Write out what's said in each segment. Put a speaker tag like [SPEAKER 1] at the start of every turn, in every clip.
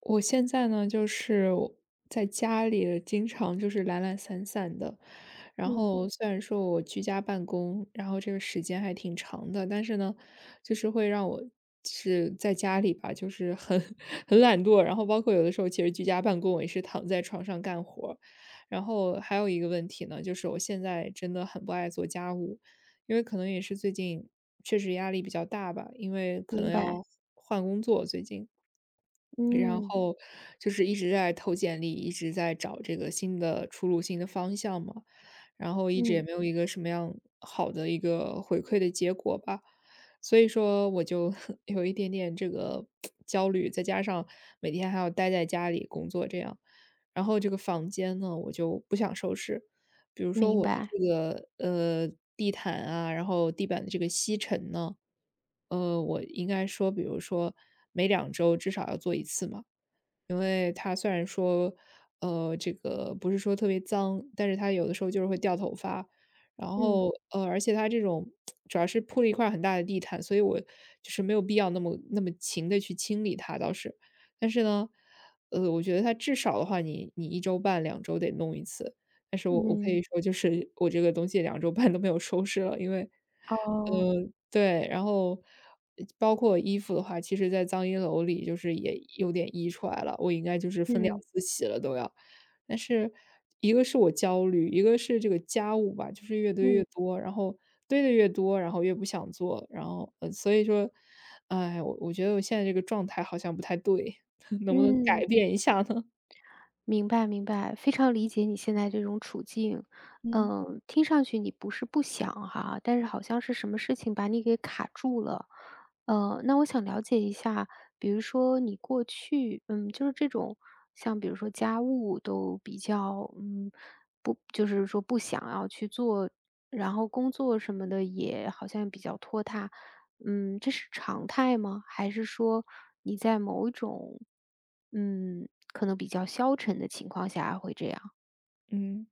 [SPEAKER 1] 我现在呢，就是我在家里经常就是懒懒散散的，然
[SPEAKER 2] 嗯，
[SPEAKER 1] 后虽然说我居家办公，然后这个时间还挺长的，但是呢，就是会让我是在家里吧，就是很 很懒惰，然后包括有的时候其实居家办公，我也是躺在床上干活儿。然后还有一个问题呢，就是我现在真的很不爱做家务，因为可能也是最近确实压力比较大吧，因为可能
[SPEAKER 2] 明白，
[SPEAKER 1] 要换工作最近。然
[SPEAKER 2] 嗯，
[SPEAKER 1] 后就是一直在投简历，一直在找这个新的出路、新的方向嘛，然后一直也
[SPEAKER 2] 嗯，
[SPEAKER 1] 没有一个什么样好的一个回馈的结果吧，所以说我就 有一点点这个焦虑，再加上每天还要待在家里工作这样，然后这个房间呢，我就不想收拾，比如说
[SPEAKER 2] 明
[SPEAKER 1] 我的
[SPEAKER 2] 白，
[SPEAKER 1] 这个地毯啊，然后地板的这个吸尘呢。呃，我应该说，比如说每两周至少要做一次嘛，因为它虽然说，这个不是说特别脏，但是它有的时候就是会掉头发，然
[SPEAKER 2] 嗯，
[SPEAKER 1] 后而且它这种主要是铺了一块很大的地毯，所以我就是没有必要那么勤的去清理它倒是，但是呢，我觉得它至少的话你一周半两周得弄一次，但是我可以
[SPEAKER 2] 嗯，
[SPEAKER 1] 说就是我这个东西两周半都没有收拾了，因为
[SPEAKER 2] 哦，
[SPEAKER 1] 嗯，对，然后包括衣服的话，其实在脏衣篓里就是也有点溢出来了，我应该就是分两
[SPEAKER 2] 嗯，
[SPEAKER 1] 次洗了都要。但是一个是我焦虑，一个是这个家务吧，就是越堆越
[SPEAKER 2] 嗯，
[SPEAKER 1] 多，然后堆的越多，然后越不想做，然后，所以说，哎，我觉得我现在这个状态好像不太对，能不能改
[SPEAKER 2] 嗯，
[SPEAKER 1] 变一下呢？
[SPEAKER 2] 明白明白，非常理解你现在这种处境。
[SPEAKER 1] 嗯。
[SPEAKER 2] 嗯，听上去你不是不想哈，但是好像是什么事情把你给卡住了。那我想了解一下，比如说你过去，嗯，就是这种像比如说家务都比较，嗯。不就是说不想要去做，然后工作什么的也好像比较拖沓。嗯，这是常态吗？还是说你在某一种，嗯，可能比较消沉的情况下会这样？
[SPEAKER 1] 嗯，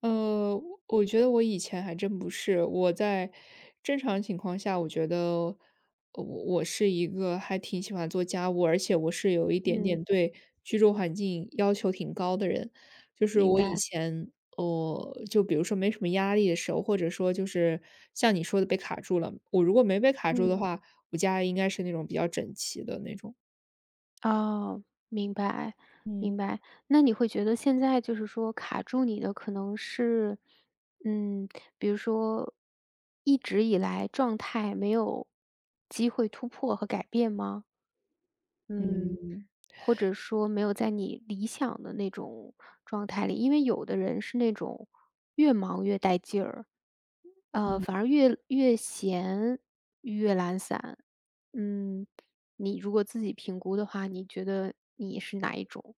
[SPEAKER 1] 呃，我觉得我以前还真不是。我在正常情况下，我觉得我是一个还挺喜欢做家务，而且我是有一点点
[SPEAKER 2] 嗯，
[SPEAKER 1] 对居住环境要求挺高的人。就是
[SPEAKER 2] 明
[SPEAKER 1] 我以
[SPEAKER 2] 白。
[SPEAKER 1] 前，就比如说没什么压力的时候，或者说就是像你说的被卡住了，我如果没被卡住的
[SPEAKER 2] 嗯，
[SPEAKER 1] 话，我家应该是那种比较整齐的那种。
[SPEAKER 2] 哦，明白，
[SPEAKER 1] 嗯。
[SPEAKER 2] 明白。那你会觉得现在就是说卡住你的可能是，嗯，比如说一直以来状态没有机会突破和改变吗？嗯，
[SPEAKER 1] 嗯。
[SPEAKER 2] 或者说没有在你理想的那种状态里，因为有的人是那种越忙越带劲儿，反而越闲越懒散。嗯，你如果自己评估的话，你觉得你是哪一种？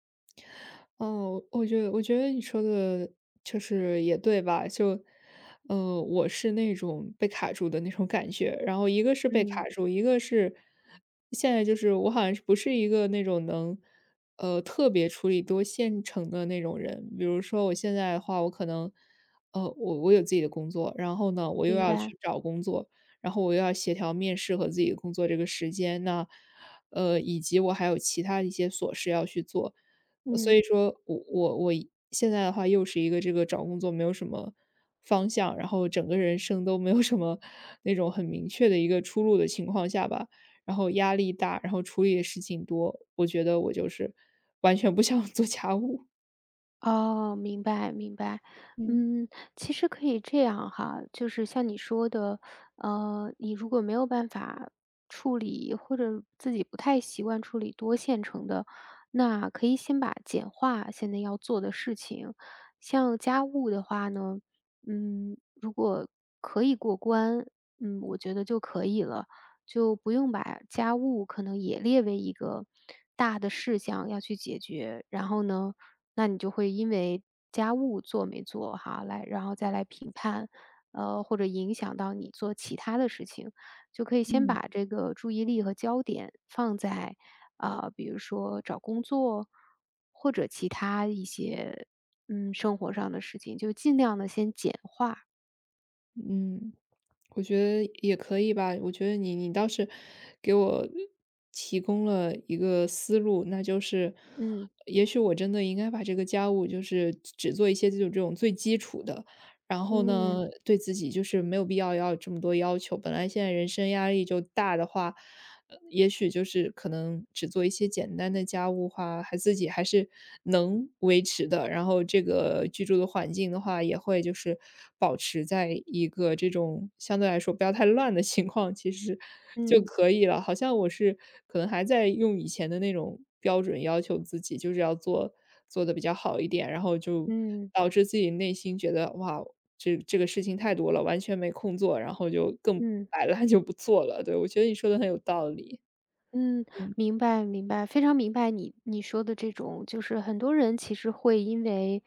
[SPEAKER 1] 哦，我觉得你说的就是也对吧，就，我是那种被卡住的那种感觉，然后一个是被
[SPEAKER 2] 嗯，
[SPEAKER 1] 卡住，一个是现在就是我好像是不是一个那种能，特别处理多线程的那种人。比如说我现在的话，我可能，我有自己的工作，然后呢，我又
[SPEAKER 2] 明
[SPEAKER 1] 要
[SPEAKER 2] 白，
[SPEAKER 1] 去找工作，然后我又要协调面试和自己的工作这个时间，那，以及我还有其他一些琐事要去做。所
[SPEAKER 2] 嗯。
[SPEAKER 1] 以说我现在的话又是一个这个找工作没有什么方向，然后整个人生都没有什么那种很明确的一个出路的情况下吧，然后压力大，然后处理的事情多，我觉得我就是完全不想 做家务。
[SPEAKER 2] 哦，明白明白，
[SPEAKER 1] 嗯。
[SPEAKER 2] 嗯，其实可以这样哈，就是像你说的，你如果没有办法处理，或者自己不太习惯处理多线程的，那可以先把简化现在要做的事情，像家务的话呢，嗯，如果可以过关，嗯，我觉得就可以了。就不用把家务可能也列为一个大的事项要去解决，然后呢，那你就会因为家务做没做哈，来然后再来评判，或者影响到你做其他的事情，就可以先把这个注意力和焦点放在，啊、比如说找工作或者其他一些嗯生活上的事情，就尽量的先简化，
[SPEAKER 1] 嗯，我觉得也可以吧，我觉得你倒是给我提供了一个思路，那就是
[SPEAKER 2] 嗯，
[SPEAKER 1] 也许我真的应该把这个家务就是只做一些这种最基础的，然后
[SPEAKER 2] 嗯，
[SPEAKER 1] 呢，对自己就是没有必要要这么多要求。本来现在人生压力就大的话，也许就是可能只做一些简单的家务话，还自己还是能维持的。然后这个居住的环境的话，也会就是保持在一个这种相对来说不要太乱的情况，其实就
[SPEAKER 2] 嗯，
[SPEAKER 1] 可以了。好像我是可能还在用以前的那种标准要求自己，就是要做做的比较好一点，然后就
[SPEAKER 2] 嗯，
[SPEAKER 1] 导致自己内心觉得哇，这个事情太多了，完全没空做，然后就更
[SPEAKER 2] 嗯。
[SPEAKER 1] 摆烂 就不做了。对，我觉得你说的很有道理。
[SPEAKER 2] 嗯，明白明白，非常明白你说的这种，就是很多人其实会因为，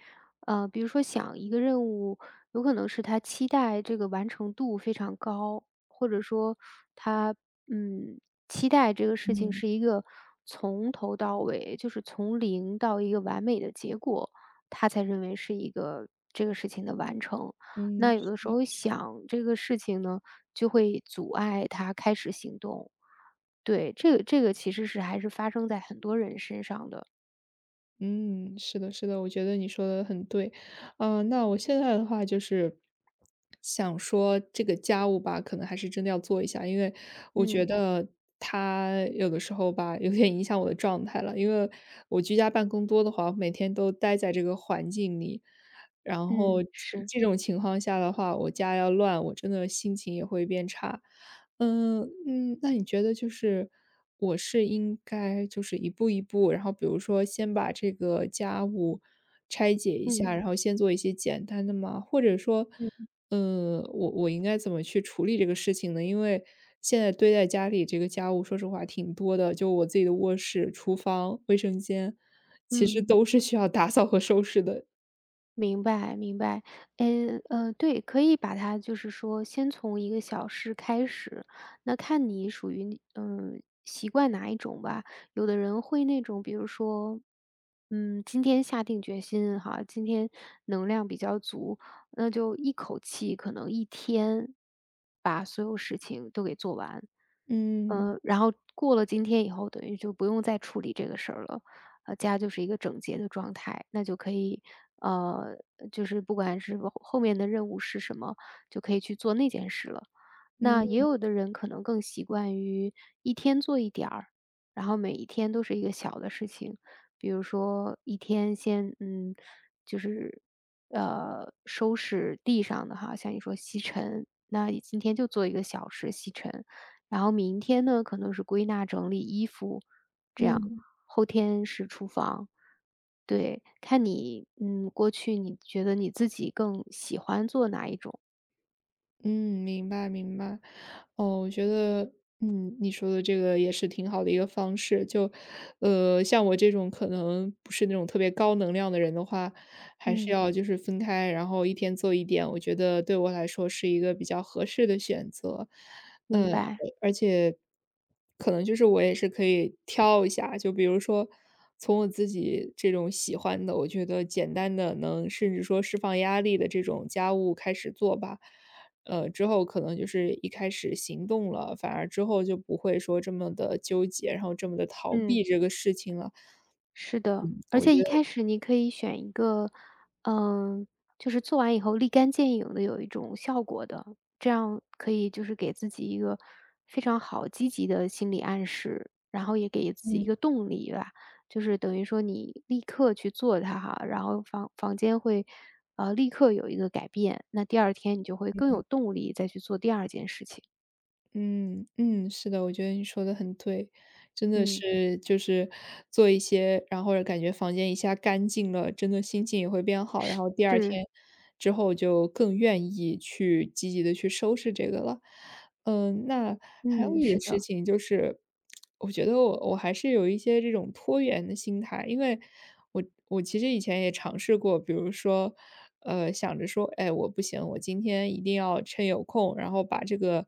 [SPEAKER 2] 比如说想一个任务，有可能是他期待这个完成度非常高，或者说他嗯期待这个事情是一个从头到尾，就是从零到一个完美的结果，他才认为是一个这个事情的完成。
[SPEAKER 1] 嗯。
[SPEAKER 2] 那有的时候想这个事情呢，就会阻碍他开始行动。对，这个其实是还是发生在很多人身上的。
[SPEAKER 1] 嗯，是的，是的，我觉得你说的很对。呃，那我现在的话就是想说这个家务吧，可能还是真的要做一下，因为我觉
[SPEAKER 2] 嗯，
[SPEAKER 1] 嗯得它有的时候吧，有点影响我的状态了。因为我居家办公多的话，我每天都待在这个环境里，然后
[SPEAKER 2] 嗯，是，
[SPEAKER 1] 这种情况下的话，我家要乱，我真的心情也会变差。嗯嗯，那你觉得就是我是应该就是一步一步，然后比如说先把这个家务拆解一
[SPEAKER 2] 嗯，
[SPEAKER 1] 下，然后先做一些简单的吗？或者说，
[SPEAKER 2] 嗯，
[SPEAKER 1] 嗯。我应该怎么去处理这个事情呢？因为现在堆在家里这个家务，说实话挺多的，就我自己的卧室、厨房、卫生间，其实
[SPEAKER 2] 嗯。
[SPEAKER 1] 都是需要打扫和收拾的。
[SPEAKER 2] 明白明白，诶，呃，对，可以把它就是说先从一个小事开始，那看你属于嗯习惯哪一种吧。有的人会那种，比如说，嗯，今天下定决心哈，今天能量比较足，那就一口气可能一天把所有事情都给做完，
[SPEAKER 1] 嗯
[SPEAKER 2] 嗯、然后过了今天以后，等于就不用再处理这个事儿了。呃，家就是一个整洁的状态，那就可以，呃，就是不管是后面的任务是什么，就可以去做那件事了。那也
[SPEAKER 1] 嗯。
[SPEAKER 2] 有的人可能更习惯于一天做一点儿，然后每一天都是一个小的事情，比如说一天先，嗯，就是收拾地上的哈，像你说吸尘，那你今天就做一个小时吸尘，然后明天呢可能是归纳整理衣服，这
[SPEAKER 1] 嗯
[SPEAKER 2] 样。
[SPEAKER 1] 嗯。
[SPEAKER 2] 后天是厨房。对，看你，嗯，过去你觉得你自己更喜欢做哪一种？
[SPEAKER 1] 嗯，明白明白。哦，我觉得，你说的这个也是挺好的一个方式。就，像我这种可能不是那种特别高能量的人的话，还是
[SPEAKER 2] 嗯，
[SPEAKER 1] 要就是分开，然后一天做一点，我觉得对我来说是一个比较合适的选择。
[SPEAKER 2] 明
[SPEAKER 1] 嗯，
[SPEAKER 2] 白，
[SPEAKER 1] 而且可能就是我也是可以挑一下，就比如说从我自己这种喜欢的，我觉得简单的能甚至说释放压力的这种家务开始做吧。呃，之后可能就是一开始行动了，反而之后就不会说这么的纠结，然后这么的逃
[SPEAKER 2] 嗯。
[SPEAKER 1] 避这个事情了。
[SPEAKER 2] 是的，而
[SPEAKER 1] 我
[SPEAKER 2] 且
[SPEAKER 1] 觉
[SPEAKER 2] 一
[SPEAKER 1] 得
[SPEAKER 2] 开始你可以选一个，嗯，就是做完以后立竿见影的有一种效果的，这样可以就是给自己一个非常好积极的心理暗示，然后也给自己一
[SPEAKER 1] 嗯。
[SPEAKER 2] 个动力吧，就是等于说你立刻去做它哈，然后房间会，立刻有一个改变，那第二天你就会更有动力再去做第二件事情。
[SPEAKER 1] 嗯嗯，是的，我觉得你说的很对，真的
[SPEAKER 2] 嗯，
[SPEAKER 1] 是就是做一些，然后感觉房间一下干净了，真的心情也会变好，然
[SPEAKER 2] 是，
[SPEAKER 1] 后第二天之后就更愿意去积极的去收拾这个了。嗯，那还有
[SPEAKER 2] 嗯，
[SPEAKER 1] 一个
[SPEAKER 2] 是
[SPEAKER 1] 事
[SPEAKER 2] 的，
[SPEAKER 1] 情就是，我觉得我还是有一些这种拖延的心态，因为我我其实以前也尝试过，比如说，想着说，哎，我不行，我今天一定要趁有空，然后把这个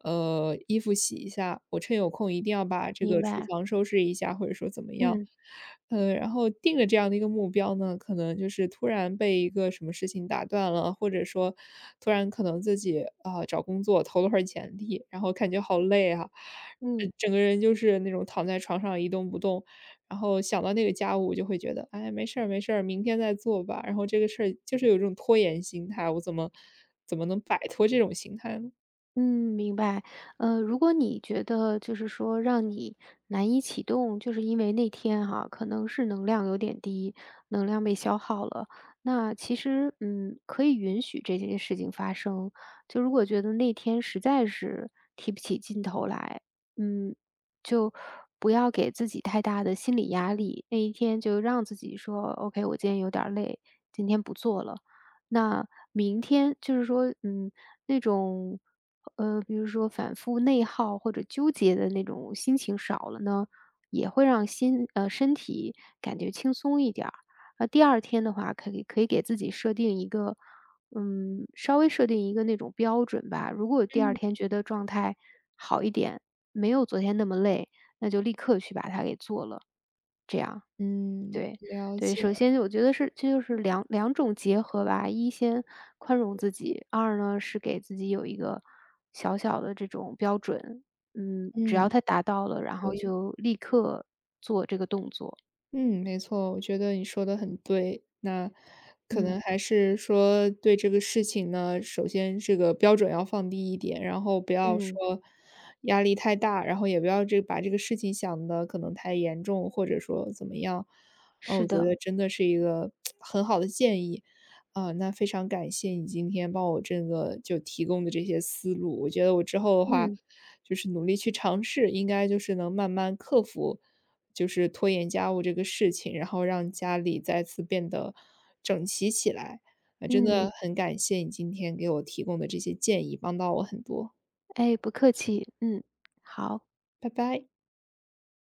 [SPEAKER 1] 衣服洗一下，我趁有空一定要把这
[SPEAKER 2] 明
[SPEAKER 1] 个厨
[SPEAKER 2] 白，
[SPEAKER 1] 房收拾一下，或者说怎么样。
[SPEAKER 2] 嗯，
[SPEAKER 1] 呃，然后定了这样的一个目标呢，可能就是突然被一个什么事情打断了，或者说突然可能自己啊、找工作投了会儿简历，然后感觉好累啊，
[SPEAKER 2] 嗯。
[SPEAKER 1] 整个人就是那种躺在床上一动不动，然后想到那个家务，就会觉得，哎，没事儿，没事儿，明天再做吧。然后这个事儿就是有一种拖延心态，我怎么能摆脱这种心态呢？
[SPEAKER 2] 嗯，明白。如果你觉得就是说让你难以启动，就是因为那天哈，可能是能量有点低，能量被消耗了，那其实嗯，可以允许这件事情发生。就如果觉得那天实在是提不起劲头来，嗯，就不要给自己太大的心理压力。那一天就让自己说，OK,我今天有点儿累，今天不做了。那明天就是说，嗯，那种，比如说反复内耗或者纠结的那种心情少了呢，也会让心身体感觉轻松一点儿。那第二天的话，可以给自己设定一个嗯，稍微设定一个那种标准吧。如果第二天觉得状态好一点，没有昨天那么累，那就立刻去把它给做了，这样。
[SPEAKER 1] 嗯，
[SPEAKER 2] 对，
[SPEAKER 1] 了
[SPEAKER 2] 对，
[SPEAKER 1] 解，
[SPEAKER 2] 首先我觉得是这就是两种结合吧。一先宽容自己，二呢是给自己有一个小小的这种标准，嗯，只要
[SPEAKER 1] 嗯，
[SPEAKER 2] 他达到了，然
[SPEAKER 1] 所
[SPEAKER 2] 后
[SPEAKER 1] 以
[SPEAKER 2] 就立刻做这个动作。
[SPEAKER 1] 嗯，没错，我觉得你说的很对。那可嗯
[SPEAKER 2] 嗯，
[SPEAKER 1] 能还是说对这个事情呢，首先这个标准要放低一点，然后不要
[SPEAKER 2] 嗯，
[SPEAKER 1] 说压力太大，然后也不要这把这个事情想的可能太严重，或者说怎么样。啊，我
[SPEAKER 2] 是
[SPEAKER 1] 觉得
[SPEAKER 2] 的，
[SPEAKER 1] 真的是一个 很好的建议。啊，那非常感谢你今天帮我这个就提供的这些思路，我觉得我之后的话，
[SPEAKER 2] 嗯，
[SPEAKER 1] 就是努力去尝试，应该就是能慢慢克服就是拖延家务这个事情，然后让家里再次变得整齐起来。啊，真的
[SPEAKER 2] 嗯，
[SPEAKER 1] 很感谢你今天给我提供的这些建议，帮到我很多，
[SPEAKER 2] 哎，不客气，嗯，好。
[SPEAKER 1] 拜拜。